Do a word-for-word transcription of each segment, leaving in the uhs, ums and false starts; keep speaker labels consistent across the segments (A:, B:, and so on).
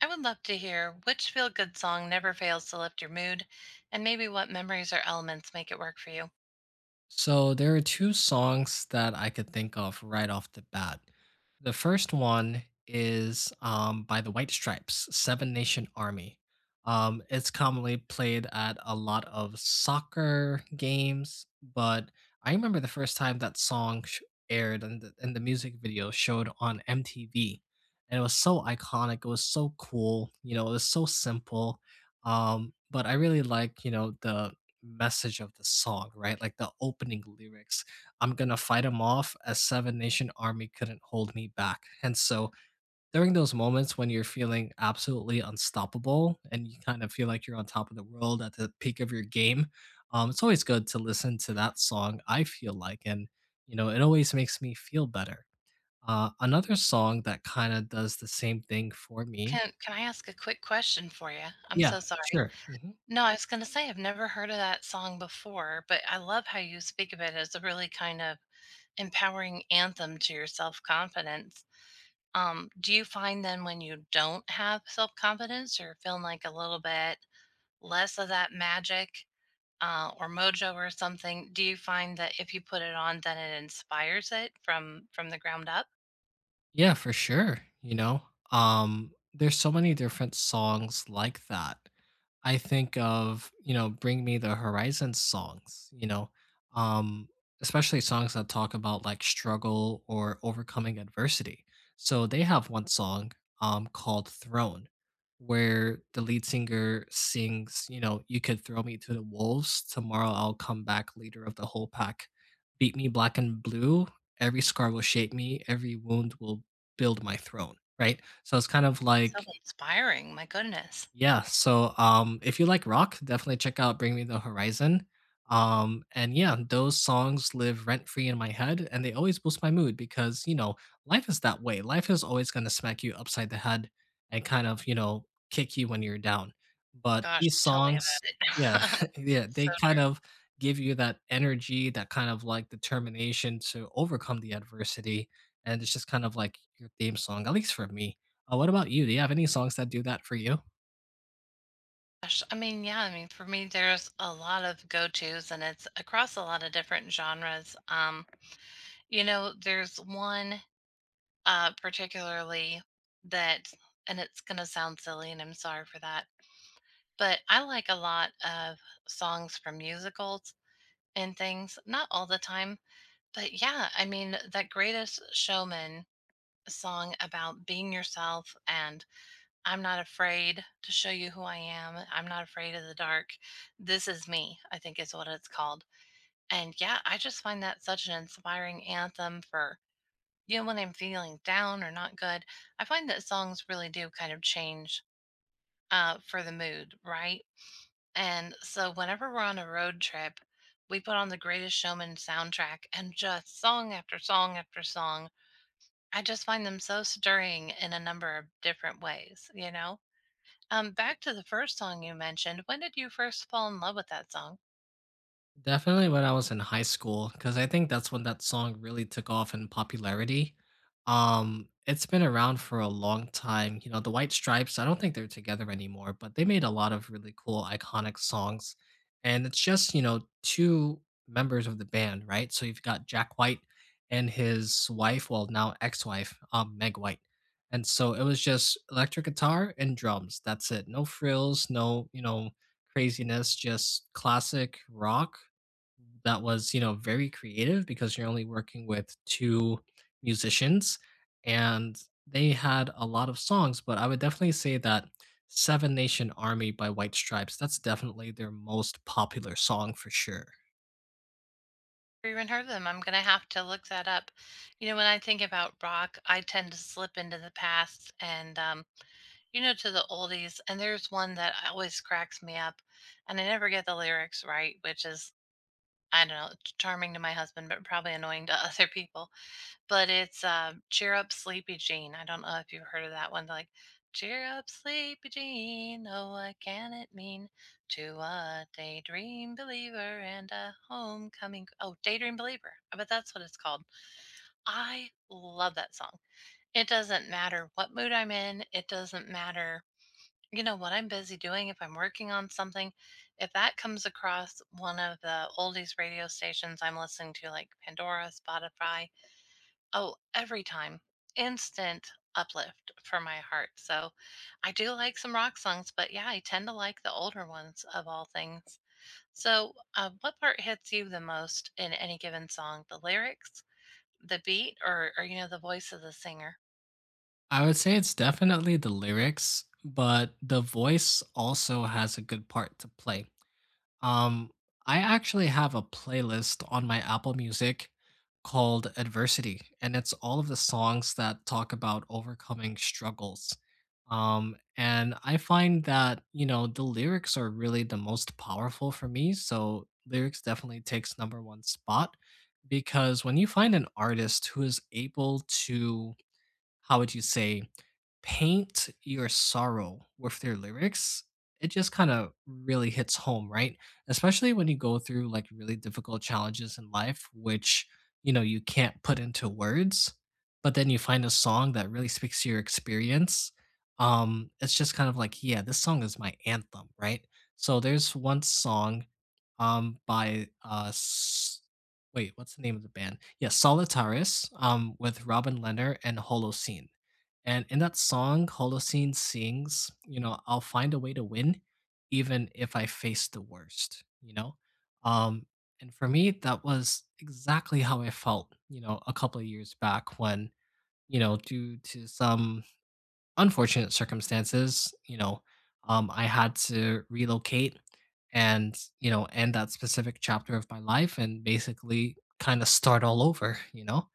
A: I would love to hear which feel good song never fails to lift your mood and maybe what memories or elements make it work for you.
B: So there are two songs that I could think of right off the bat. The first one is um, by the White Stripes, Seven Nation Army. Um, it's commonly played at a lot of soccer games, but I remember the first time that song sh- aired and the, and the music video showed on M T V. And it was so iconic. It was so cool. You know, it was so simple. Um, but I really like, you know, the message of the song, right? Like the opening lyrics. I'm gonna fight them off as seven nation army couldn't hold me back. And so during those moments when you're feeling absolutely unstoppable and you kind of feel like you're on top of the world at the peak of your game, um, it's always good to listen to that song. I feel like, and you know, it always makes me feel better. Uh, another song that kind of does the same thing for me.
A: Can can I ask a quick question for you? I'm
B: Yeah,
A: so sorry.
B: sure. Mhm.
A: No, I was going to say I've never heard of that song before, but I love how you speak of it as a really kind of empowering anthem to your self-confidence. Um, do you find then when you don't have self-confidence, you're feeling like a little bit less of that magic uh, or Mojo or something, do you find that if you put it on, then it inspires it from from the ground up?
B: Yeah, for sure, you know? Um, there's so many different songs like that. I think of, you know, Bring Me the Horizon songs, you know? Um, Especially songs that talk about, like, struggle or overcoming adversity. So they have one song, um, called "Throne," where the lead singer sings, you know, "You could throw me to the wolves, tomorrow I'll come back leader of the whole pack. Beat me black and blue, every scar will shape me, every wound will build my throne, right? So it's kind of
A: So
B: like
A: inspiring, my goodness.
B: yeah, so um, if you like rock, definitely check out Bring Me the Horizon. Um, and yeah, those songs live rent free in my head and they always boost my mood because, you know, life is that way. Life is always going to smack you upside the head and kind of, you know, kick you when you're down. But
A: Gosh,
B: these
A: tell me
B: songs,
A: about
B: yeah,
A: it.
B: yeah, they
A: So
B: kind
A: true.
B: of give you that energy, that kind of like determination to overcome the adversity. And it's just kind of like your theme song, at least for me. Uh, what about you? Do you have any songs that do that for you?
A: Gosh, I mean, yeah, I mean, for me, there's a lot of go-tos, and it's across a lot of different genres. Um, you know, there's one uh, particularly that, and it's gonna sound silly, and I'm sorry for that, but I like a lot of songs from musicals and things. Not all the time. But yeah, I mean, that Greatest Showman song about being yourself and I'm not afraid to show you who I am. I'm not afraid of the dark. This is me, I think is what it's called. And yeah, I just find that such an inspiring anthem for, you know, when I'm feeling down or not good. I find that songs really do kind of change uh, for the mood, right? And so whenever we're on a road trip, we put on the Greatest Showman soundtrack and just song after song after song. I just find them so stirring in a number of different ways, you know? Um, back to the first song you mentioned, when did you first fall in love with that song?
B: Definitely when I was in high school, because I think that's when that song really took off in popularity. Um, it's been around for a long time. You know, the White Stripes, I don't think they're together anymore, but they made a lot of really cool iconic songs. And it's just, you know, two members of the band, right? So you've got Jack White and his wife, well, now ex-wife, um, Meg White. And so it was just electric guitar and drums. That's it. No frills, no, you know, craziness, just classic rock that was, you know, very creative because you're only working with two musicians, and they had a lot of songs, but I would definitely say that Seven Nation Army by White Stripes, that's definitely their most popular song for sure.
A: Or even heard them? I'm gonna have to look that up. You know, when I think about rock, I tend to slip into the past and um, you know, to the oldies. And there's one that always cracks me up, and I never get the lyrics right, which is I don't know, charming to my husband, but probably annoying to other people. But it's um, "Cheer Up, Sleepy Jean." I don't know if you've heard of that one. They're like, "Cheer up, Sleepy Jean. Oh, what can it mean to a daydream believer and a homecoming?" Oh, daydream believer. I bet that's what it's called. I love that song. It doesn't matter what mood I'm in. It doesn't matter, you know, what I'm busy doing. If I'm working on something, if that comes across one of the oldies radio stations I'm listening to, like Pandora, Spotify. Oh, every time. Instant uplift for my heart. So I do like some rock songs, but yeah, I tend to like the older ones of all things. So, uh, what part hits you the most in any given song? The lyrics, the beat, or, or, you know, the voice of the singer?
B: I would say it's definitely the lyrics, but the voice also has a good part to play. Um, I actually have a playlist on my Apple Music called Adversity, and it's all of the songs that talk about overcoming struggles. Um, and I find that, you know, the lyrics are really the most powerful for me. So lyrics definitely takes number one spot because when you find an artist who is able to, how would you say, paint your sorrow with their lyrics, it just kind of really hits home, right? Especially when you go through like really difficult challenges in life, which, you know, you can't put into words, but then you find a song that really speaks to your experience. Um, it's just kind of like, yeah, this song is my anthem, right? So there's one song um by uh S- wait, what's the name of the band? Yeah, Solitaris um with Robin Leonard and Holocene and in that song, Holocene sings, you know, I'll find a way to win even if I face the worst, you know? Um, and for me, that was exactly how I felt, you know, a couple of years back when, you know, due to some unfortunate circumstances, you know, um, I had to relocate and, you know, end that specific chapter of my life and basically kind of start all over, you know?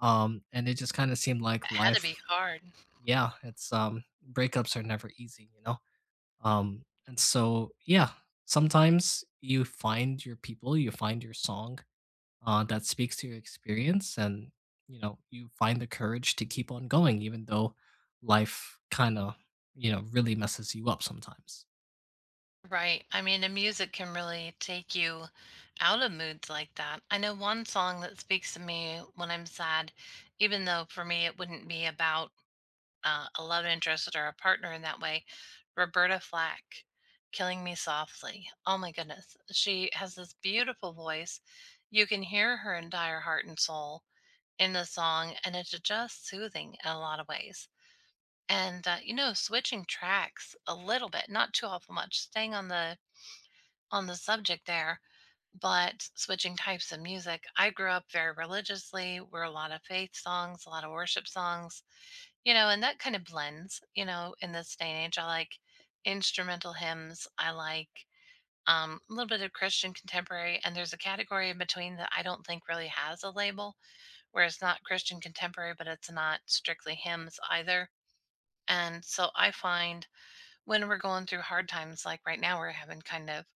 B: Um, and it just kind of seemed like
A: It had to
B: life
A: be hard.
B: yeah, it's um breakups are never easy, you know. Um and so yeah, sometimes you find your people, you find your song uh that speaks to your experience and you know, you find the courage to keep on going even though life kind of, you know, really messes you up sometimes.
A: Right. I mean, the music can really take you out of moods like that. I know one song that speaks to me when I'm sad, even though for me it wouldn't be about uh, a love interest or a partner in that way. Roberta Flack, Killing Me Softly. Oh my goodness. She has this beautiful voice. You can hear her entire heart and soul in the song, and it's just soothing in a lot of ways. And uh, you know, switching tracks a little bit, not too awful much, staying on the on the subject there, but switching types of music. I grew up very religiously. We're a lot of faith songs, a lot of worship songs, you know, and that kind of blends, you know, in this day and age. I like instrumental hymns. I like um, a little bit of Christian contemporary. And there's a category in between that I don't think really has a label, where it's not Christian contemporary, but it's not strictly hymns either. And so I find when we're going through hard times, like right now, we're having kind of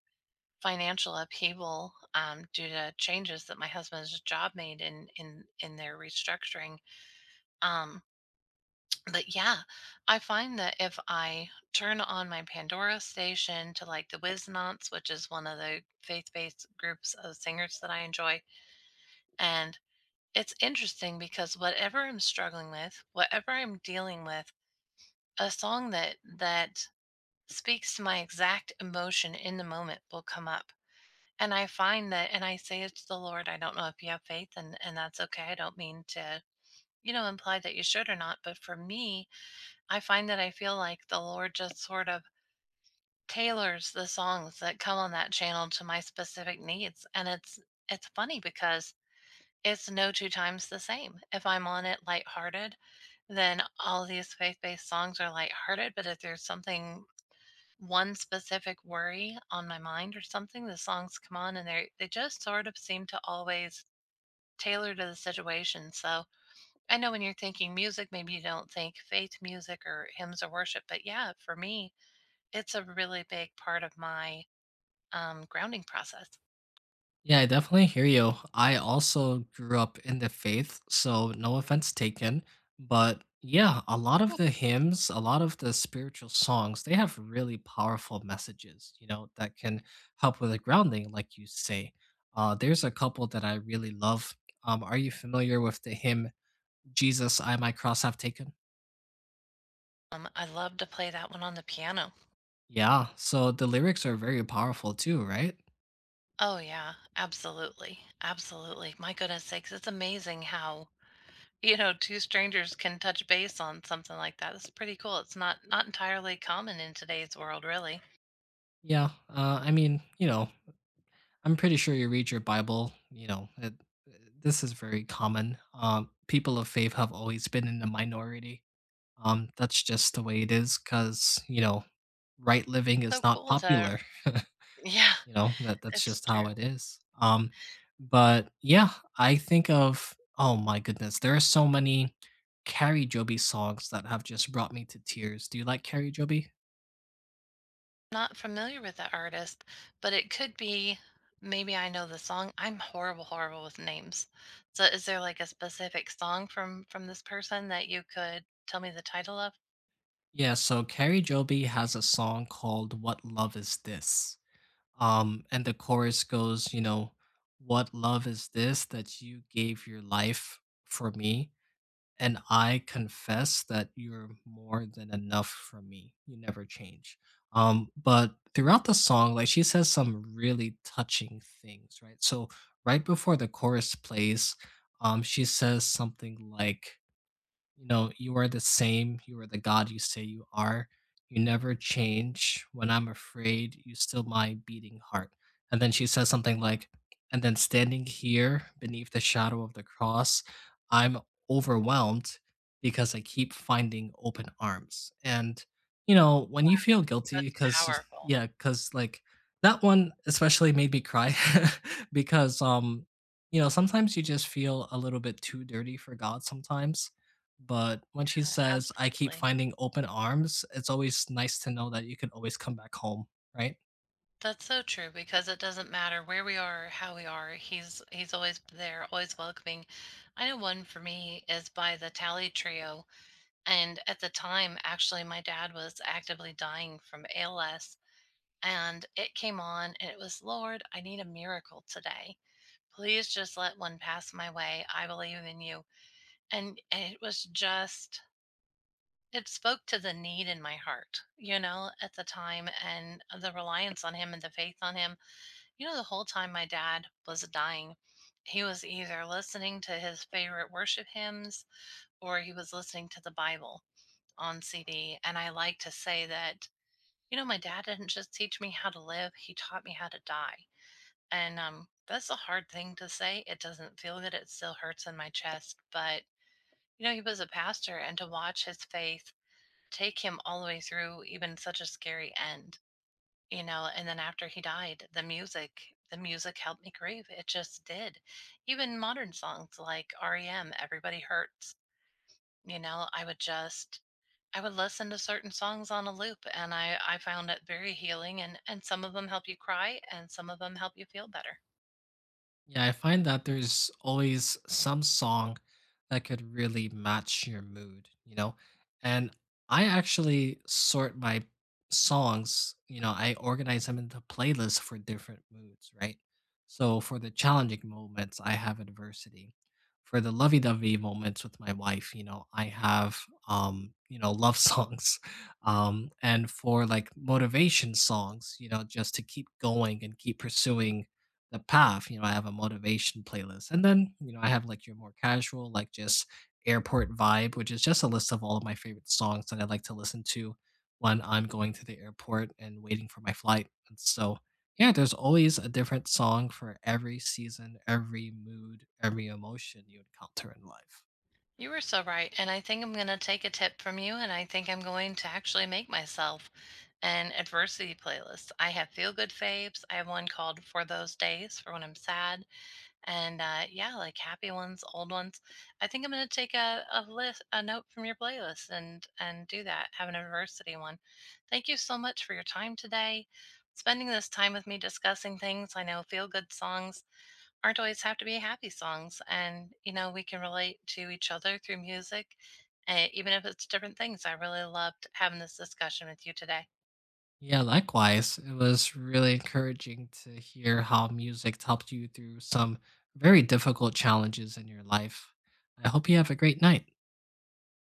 A: financial upheaval um, due to changes that my husband's job made in in in their restructuring. Um, But yeah, I find that if I turn on my Pandora station to like the Wiznauts, which is one of the faith-based groups of singers that I enjoy, and it's interesting because whatever I'm struggling with, whatever I'm dealing with, a song that that speaks to my exact emotion in the moment will come up. And I find that, and I say it's the Lord. I don't know if you have faith, and and that's okay. I don't mean to, you know, imply that you should or not. But for me, I find that I feel like the Lord just sort of tailors the songs that come on that channel to my specific needs. And it's it's funny because it's no two times the same. If I'm on it lighthearted, then all these faith-based songs are lighthearted. But if there's something one specific worry on my mind or something, the songs come on and they they just sort of seem to always tailor to the situation. So I know when you're thinking music, maybe you don't think faith music or hymns or worship, but yeah, for me, it's a really big part of my um, grounding process.
B: Yeah, I definitely hear you. I also grew up in the faith, so no offense taken. But yeah, a lot
A: Hmm.
B: of the hymns, a lot of the spiritual songs, they have really powerful messages, you know, that can help with the grounding, like you say. Uh, there's a couple that I really love. Um, are you familiar with the hymn, Jesus, I my cross have taken?
A: Um, I love to play that one on the piano.
B: Yeah, so the lyrics are very powerful too, right?
A: Oh yeah, absolutely. Absolutely. My goodness sakes, it's amazing how, you know, two strangers can touch base on something like that. It's pretty cool. It's not not entirely common in today's world, really.
B: Yeah, uh, I mean, you know, I'm pretty sure you read your Bible. You know, it, this is very common. Um, people of faith have always been in the minority. Um, that's just the way it is because, you know, right living is
A: So
B: not
A: cool to
B: popular.
A: yeah,
B: You know, that that's
A: it's
B: just how
A: true.
B: it is. Um, but yeah, I think of oh my goodness, there are so many Carrie Joby songs that have just brought me to tears. Do you like Carrie Joby?
A: Not familiar with that artist, but it could be maybe I know the song. I'm horrible, horrible with names. So is there like a specific song from from this person that you could tell me the title of?
B: Yeah, so Carrie Joby has a song called What Love Is This? Um, and the chorus goes, you know, what love is this that you gave your life for me? And I confess that you're more than enough for me. You never change. Um, but throughout the song, like she says some really touching things, right? So right before the chorus plays, um, she says something like, you know, you are the same. You are the God you say you are. You never change. When I'm afraid, you still my beating heart. And then she says something like, and then standing here beneath the shadow of the cross, I'm overwhelmed because I keep finding open arms. And, you know, when you feel guilty,
A: That's
B: because,
A: powerful.
B: yeah, because like that one especially made me cry because, um, you know, sometimes you just feel a little bit too dirty for God sometimes but when she
A: Yeah,
B: says, "I keep
A: absolutely.
B: finding open arms," it's always nice to know that you could always come back home, right?
A: That's so true because it doesn't matter where we are, or how we are. He's he's always there, always welcoming. I know one for me is by the Tally Trio, and at the time, actually, my dad was actively dying from A L S, and it came on and it was, "Lord, I need a miracle today. Please just let one pass my way. I believe in you." And, and it was just it spoke to the need in my heart, you know, at the time, and the reliance on him and the faith on him. You know, the whole time my dad was dying, he was either listening to his favorite worship hymns or he was listening to the Bible on C D. And I like to say that, you know, my dad didn't just teach me how to live, he taught me how to die. And um, that's a hard thing to say. It doesn't feel good. It still hurts in my chest. But, you know, he was a pastor, and to watch his faith take him all the way through even such a scary end, you know, and then after he died, the music. The music helped me grieve. It just did. Even modern songs like R E M, Everybody Hurts, you know, I would just I would listen to certain songs on a loop, and I I found it very healing, and and some of them help you cry and some of them help you feel better.
B: Yeah, I find that there's always some song that could really match your mood, you know? And I actually sort my songs, you know, I organize them into playlists for different moods, right? So for the challenging moments, I have adversity. For the lovey-dovey moments with my wife, you know, I have um, you know, love songs. Um, and for like motivation songs, you know, just to keep going and keep pursuing the path. You know, I have a motivation playlist. And then, you know, I have like your more casual, like just airport vibe, which is just a list of all of my favorite songs that I like to listen to when I'm going to the airport and waiting for my flight. And so, yeah, there's always a different song for every season, every mood, every emotion you encounter in life.
A: You were so right. And I think I'm going to take a tip from you. And I think I'm going to actually make myself an adversity playlist. I have feel good faves. I have one called For Those Days for when I'm sad. And uh, yeah, like happy ones, old ones. I think I'm going to take a, a list, a note from your playlist, and, and do that. Have an adversity one. Thank you so much for your time today. Spending this time with me discussing things I know feel good songs aren't always have to be happy songs. And, you know, we can relate to each other through music, uh, even if it's different things. I really loved having this discussion with you today.
B: Yeah, likewise. It was really encouraging to hear how music helped you through some very difficult challenges in your life. I hope you have a great night.